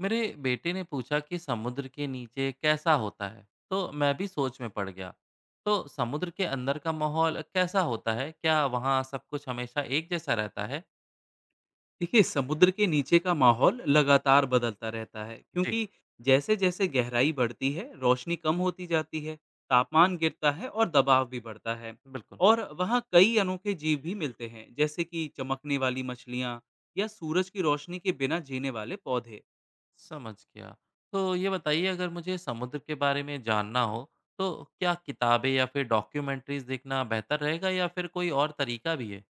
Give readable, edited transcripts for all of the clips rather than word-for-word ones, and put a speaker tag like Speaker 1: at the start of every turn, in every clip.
Speaker 1: मेरे बेटे ने पूछा कि समुद्र के नीचे कैसा होता है तो मैं भी सोच में पड़ गया। तो समुद्र के अंदर का माहौल कैसा होता है? क्या वहाँ सब कुछ हमेशा एक जैसा रहता है?
Speaker 2: देखिए, समुद्र के नीचे का माहौल लगातार बदलता रहता है,
Speaker 1: जी।
Speaker 2: क्योंकि जैसे जैसे गहराई बढ़ती है रोशनी कम होती जाती है। तापमान गिरता है और दबाव भी बढ़ता है।
Speaker 1: बिल्कुल।
Speaker 2: और वहाँ कई अनोखे जीव भी मिलते हैं, जैसे कि चमकने वाली मछलियाँ या सूरज की रोशनी के बिना जीने वाले पौधे।
Speaker 1: समझ गया। तो ये बताइए, अगर मुझे समुद्र के बारे में जानना हो तो क्या किताबें या फिर डॉक्यूमेंट्रीज देखना बेहतर रहेगा या फिर कोई और तरीका भी है?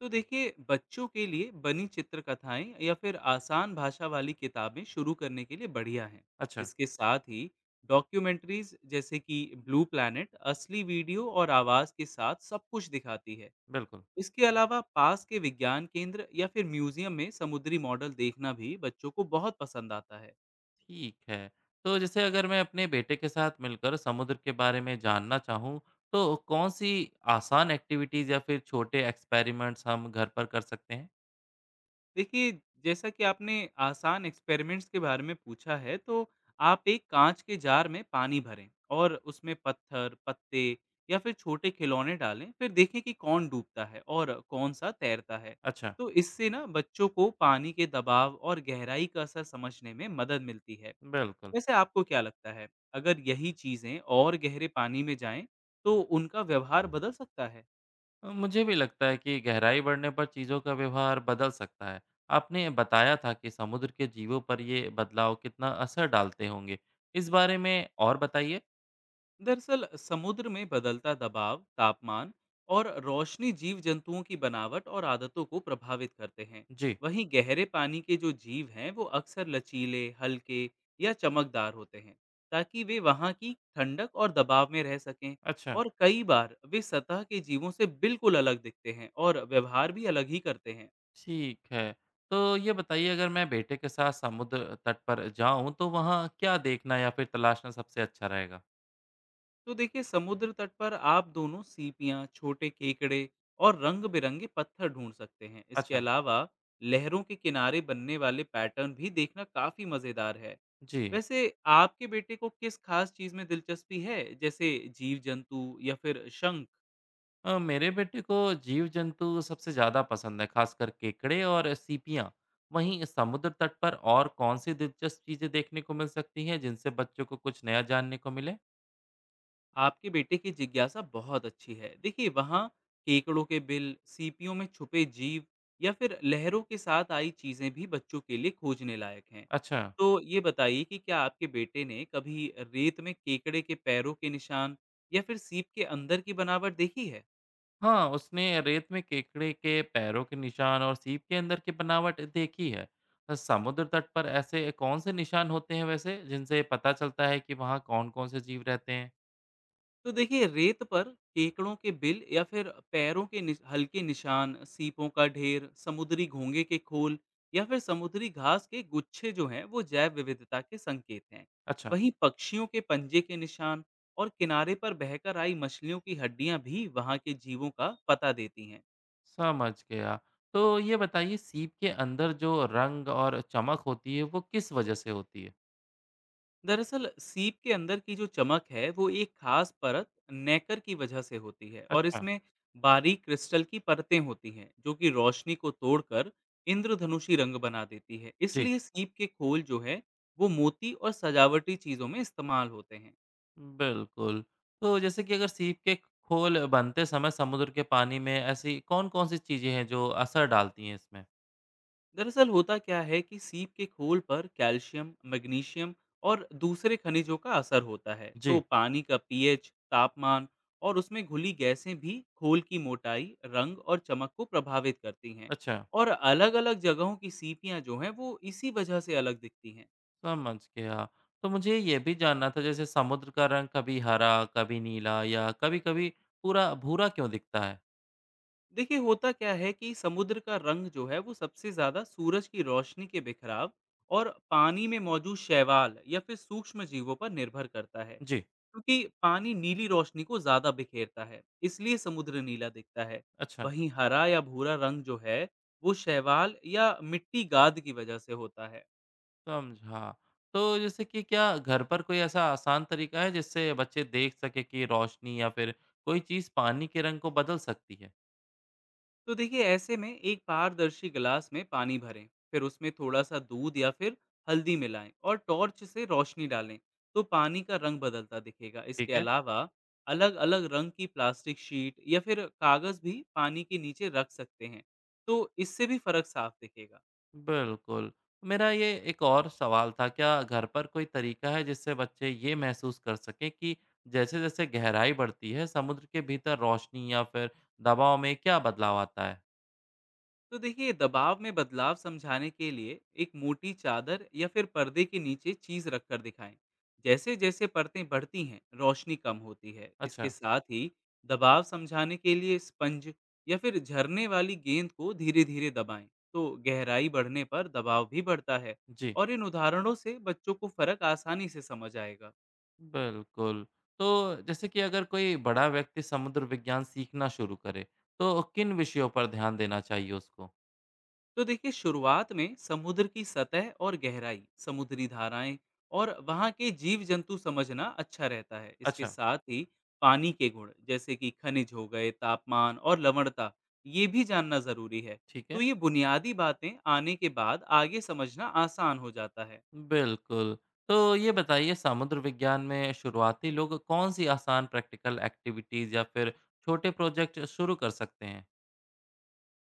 Speaker 2: तो देखिए, बच्चों के लिए बनी चित्रकथाएं या फिर आसान भाषा वाली किताबें शुरू करने के लिए बढ़िया हैं।
Speaker 1: अच्छा।
Speaker 2: इसके साथ ही डॉक्यूमेंट्रीज जैसे कि ब्लू प्लैनेट असली वीडियो और आवाज़ के साथ सब कुछ दिखाती है।
Speaker 1: बिल्कुल।
Speaker 2: इसके अलावा पास के विज्ञान केंद्र या फिर म्यूजियम में समुद्री मॉडल देखना भी बच्चों को बहुत पसंद आता है।
Speaker 1: ठीक है। तो जैसे अगर मैं अपने बेटे के साथ मिलकर समुद्र के बारे में जानना चाहूँ तो कौन सी आसान एक्टिविटीज़ या फिर छोटे एक्सपेरिमेंट्स हम घर पर कर सकते हैं?
Speaker 2: देखिए, जैसा कि आपने आसान एक्सपेरिमेंट्स के बारे में पूछा है, तो आप एक कांच के जार में पानी भरें और उसमें पत्थर, पत्ते या फिर छोटे खिलौने डालें। फिर देखें कि कौन डूबता है और कौन-सा तैरता है।
Speaker 1: अच्छा।
Speaker 2: तो इससे ना बच्चों को पानी के दबाव और गहराई का असर समझने में मदद मिलती है।
Speaker 1: बिल्कुल।
Speaker 2: वैसे आपको क्या लगता है, अगर यही चीज़ें और गहरे पानी में जाएँ, तो उनका व्यवहार बदल सकता है?
Speaker 1: मुझे भी लगता है कि गहराई बढ़ने पर चीज़ों का व्यवहार बदल सकता है। आपने बताया था कि समुद्र के जीवों पर ये बदलाव कितना असर डालते होंगे, इस बारे में और बताइए।
Speaker 2: दरअसल समुद्र में बदलता दबाव, तापमान और रोशनी जीव जंतुओं की बनावट और आदतों को प्रभावित करते हैं।
Speaker 1: जी।
Speaker 2: वहीं गहरे पानी के जो जीव हैं वो अक्सर लचीले, हल्के या चमकदार होते हैं, ताकि वे वहाँ की ठंडक और दबाव में रह सकें।
Speaker 1: अच्छा।
Speaker 2: और कई बार वे सतह के जीवों से बिल्कुल अलग दिखते हैं और व्यवहार भी अलग ही करते हैं।
Speaker 1: ठीक है। तो ये बताइए, अगर मैं बेटे के साथ समुद्र तट पर जाऊँ तो वहाँ क्या देखना या फिर तलाशना सबसे अच्छा रहेगा?
Speaker 2: तो देखिए, समुद्र तट पर आप दोनों सीपियाँ, छोटे केकड़े और रंग-बिरंगे पत्थर ढूंढ सकते हैं। इसके
Speaker 1: अच्छा।
Speaker 2: अलावा लहरों के किनारे बनने वाले पैटर्न भी देखना काफ़ी मज़ेदार है।
Speaker 1: जी।
Speaker 2: वैसे आपके बेटे को किस खास चीज़ में दिलचस्पी है, जैसे जीव-जंतु या फिर शंख?
Speaker 1: मेरे बेटे को जीव-जंतु सबसे ज़्यादा पसंद है, खासकर केकड़े और सीपियाँ। वहीं समुद्र तट पर और कौन-सी दिलचस्प चीज़ें देखने को मिल सकती हैं जिनसे बच्चों को कुछ नया जानने को मिले?
Speaker 2: आपके बेटे की जिज्ञासा बहुत अच्छी है। देखिए, वहाँ केकड़ों के बिल, सीपियों में छुपे जीव या फिर लहरों के साथ आई चीजें भी बच्चों के लिए खोजने लायक हैं।
Speaker 1: अच्छा।
Speaker 2: तो ये बताइए कि क्या आपके बेटे ने कभी रेत में केकड़े के पैरों के निशान या फिर सीप के अंदर की बनावट देखी है?
Speaker 1: हाँ, उसने रेत में केकड़े के पैरों के निशान और सीप के अंदर की बनावट देखी है। समुद्र तट पर ऐसे कौन से निशान होते हैं वैसे, जिनसे पता चलता है कि वहाँ कौन-कौन से जीव रहते हैं?
Speaker 2: तो देखिए, रेत पर केकड़ों के बिल या फिर हल्के निशान, सीपों का ढेर, समुद्री घोंगे के खोल या फिर समुद्री घास के गुच्छे जो हैं वो जैव विविधता के संकेत हैं।
Speaker 1: अच्छा।
Speaker 2: वहीं पक्षियों के पंजे के निशान और किनारे पर बहकर आई मछलियों की हड्डियां भी वहां के जीवों का पता देती हैं।
Speaker 1: समझ गया। तो ये बताइए, सीप के अंदर जो रंग और चमक होती है, वो किस वजह से होती है?
Speaker 2: दरअसल सीप के अंदर की जो चमक है वो एक खास परत नेकर की वजह से होती है, और
Speaker 1: अच्छा।
Speaker 2: इसमें बारीक क्रिस्टल की परतें होती हैं जो कि रोशनी को तोड़कर इंद्रधनुषी रंग बना देती है।
Speaker 1: जी।
Speaker 2: इसलिए सीप के खोल जो है वो मोती और सजावटी चीजों में इस्तेमाल होते हैं।
Speaker 1: बिल्कुल। तो जैसे कि अगर सीप के खोल बनते समय समुद्र के पानी में ऐसी कौन-कौन सी चीज़ें हैं जो असर डालती हैं इसमें?
Speaker 2: दरअसल होता क्या है कि सीप के खोल पर कैल्शियम, मैग्नीशियम और दूसरे खनिजों का असर होता है। तो
Speaker 1: जी।
Speaker 2: पानी का पीएच, तापमान और उसमें घुली गैसें भी खोल की मोटाई, रंग और चमक को प्रभावित करती हैं।
Speaker 1: अच्छा।
Speaker 2: और अलग-अलग जगहों की सीपियां जो हैं वो इसी वजह से अलग दिखती हैं।
Speaker 1: समझ गया। तो मुझे ये भी जानना था, जैसे समुद्र का रंग कभी हरा, कभी नीला या कभी-कभी पूरा भूरा क्यों दिखता है?
Speaker 2: देखिए, होता क्या है कि समुद्र का रंग जो है वो सबसे ज्यादा सूरज की रोशनी के बिखराव और पानी में मौजूद शैवाल या फिर सूक्ष्म जीवों पर निर्भर करता है।
Speaker 1: जी।
Speaker 2: क्योंकि पानी नीली रोशनी को ज्यादा बिखेरता है इसलिए समुद्र नीला दिखता है।
Speaker 1: अच्छा।
Speaker 2: वहीं हरा या भूरा रंग जो है वो शैवाल या मिट्टी गाद की वजह से होता है।
Speaker 1: समझा। तो जैसे कि क्या घर पर कोई ऐसा आसान तरीका है जिससे बच्चे देख सकें कि रोशनी या फिर कोई चीज़ पानी के रंग को बदल सकती है?
Speaker 2: तो देखिए, ऐसे में एक पारदर्शी गिलास में पानी भरें, फिर उसमें थोड़ा सा दूध या फिर हल्दी मिलाएं और टॉर्च से रोशनी डालें। तो पानी का रंग बदलता दिखेगा। इसके
Speaker 1: ठीक है।
Speaker 2: अलावा अलग अलग रंग की प्लास्टिक शीट या फिर कागज़ भी पानी के नीचे रख सकते हैं, तो इससे भी फर्क साफ दिखेगा।
Speaker 1: बिल्कुल। मेरा ये एक और सवाल था, क्या घर पर कोई तरीका है जिससे बच्चे ये महसूस कर सकें कि जैसे-जैसे गहराई बढ़ती है, समुद्र के भीतर रोशनी या फिर दबाव में क्या बदलाव आता है?
Speaker 2: तो देखिए, दबाव में बदलाव समझाने के लिए एक मोटी चादर या फिर पर्दे के नीचे चीज रखकर दिखाएं। जैसे जैसे परतें बढ़ती हैं रोशनी कम होती है। इसके
Speaker 1: अच्छा।
Speaker 2: साथ ही दबाव समझाने के लिए स्पंज या फिर झरने वाली गेंद को धीरे धीरे दबाएं, तो गहराई बढ़ने पर दबाव भी बढ़ता है।
Speaker 1: जी।
Speaker 2: और इन उदाहरणों से बच्चों को फर्क आसानी से समझ आएगा।
Speaker 1: बिल्कुल। तो जैसे कि अगर कोई बड़ा व्यक्ति समुद्र विज्ञान सीखना शुरू करे, तो किन विषयों पर ध्यान देना चाहिए उसको?
Speaker 2: तो देखिए, शुरुआत में समुद्र की सतह और गहराई, समुद्री धाराएं और वहां के जीव जंतु समझना अच्छा रहता है। इसके
Speaker 1: अच्छा।
Speaker 2: साथ ही पानी के गुण जैसे कि खनिज हो गए, तापमान और लवणता, ये भी जानना जरूरी है।
Speaker 1: ठीक
Speaker 2: तो
Speaker 1: है।
Speaker 2: ये बुनियादी बातें आने के बाद आगे समझना आसान हो जाता है।
Speaker 1: बिल्कुल। तो ये बताइए, समुद्र विज्ञान में शुरुआती लोग कौन सी आसान प्रैक्टिकल एक्टिविटीज़ या फिर छोटे प्रोजेक्ट शुरू कर सकते हैं?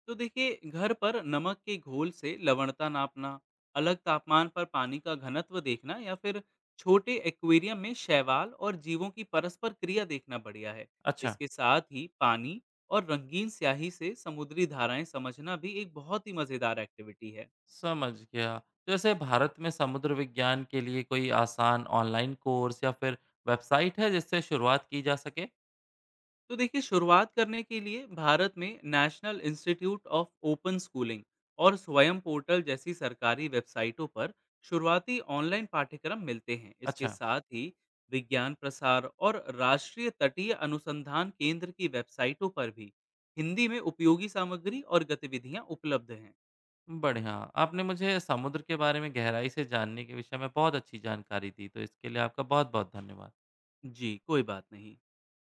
Speaker 2: तो देखिए, घर पर नमक के घोल से लवणता नापना, अलग तापमान पर पानी का घनत्व देखना या फिर छोटे एक्वेरियम में शैवाल और जीवों की परस्पर क्रिया देखना बढ़िया है।
Speaker 1: अच्छा।
Speaker 2: इसके साथ ही पानी और रंगीन स्याही से समुद्री धाराएं समझना भी एक बहुत ही मजेदार एक्टिविटी है।
Speaker 1: समझ गया। जैसे भारत में समुद्र विज्ञान के लिए कोई आसान ऑनलाइन कोर्स या फिर वेबसाइट है जिससे शुरुआत की जा सके?
Speaker 2: तो देखिए, शुरुआत करने के लिए भारत में national institute of open schooling और स्वयं पोर्टल जैसी सरकारी वेबसाइटों पर शुरुआती ऑनलाइन पाठ्यक्रम मिलते हैं। इसके
Speaker 1: अच्छा।
Speaker 2: साथ ही विज्ञान प्रसार और राष्ट्रीय तटीय अनुसंधान केंद्र की वेबसाइटों पर भी हिंदी में उपयोगी सामग्री और गतिविधियां उपलब्ध हैं।
Speaker 1: बढ़िया। आपने मुझे समुद्र के बारे में गहराई से जानने के विषय में बहुत अच्छी जानकारी दी, तो इसके लिए आपका बहुत-बहुत धन्यवाद।
Speaker 2: जी, कोई बात नहीं।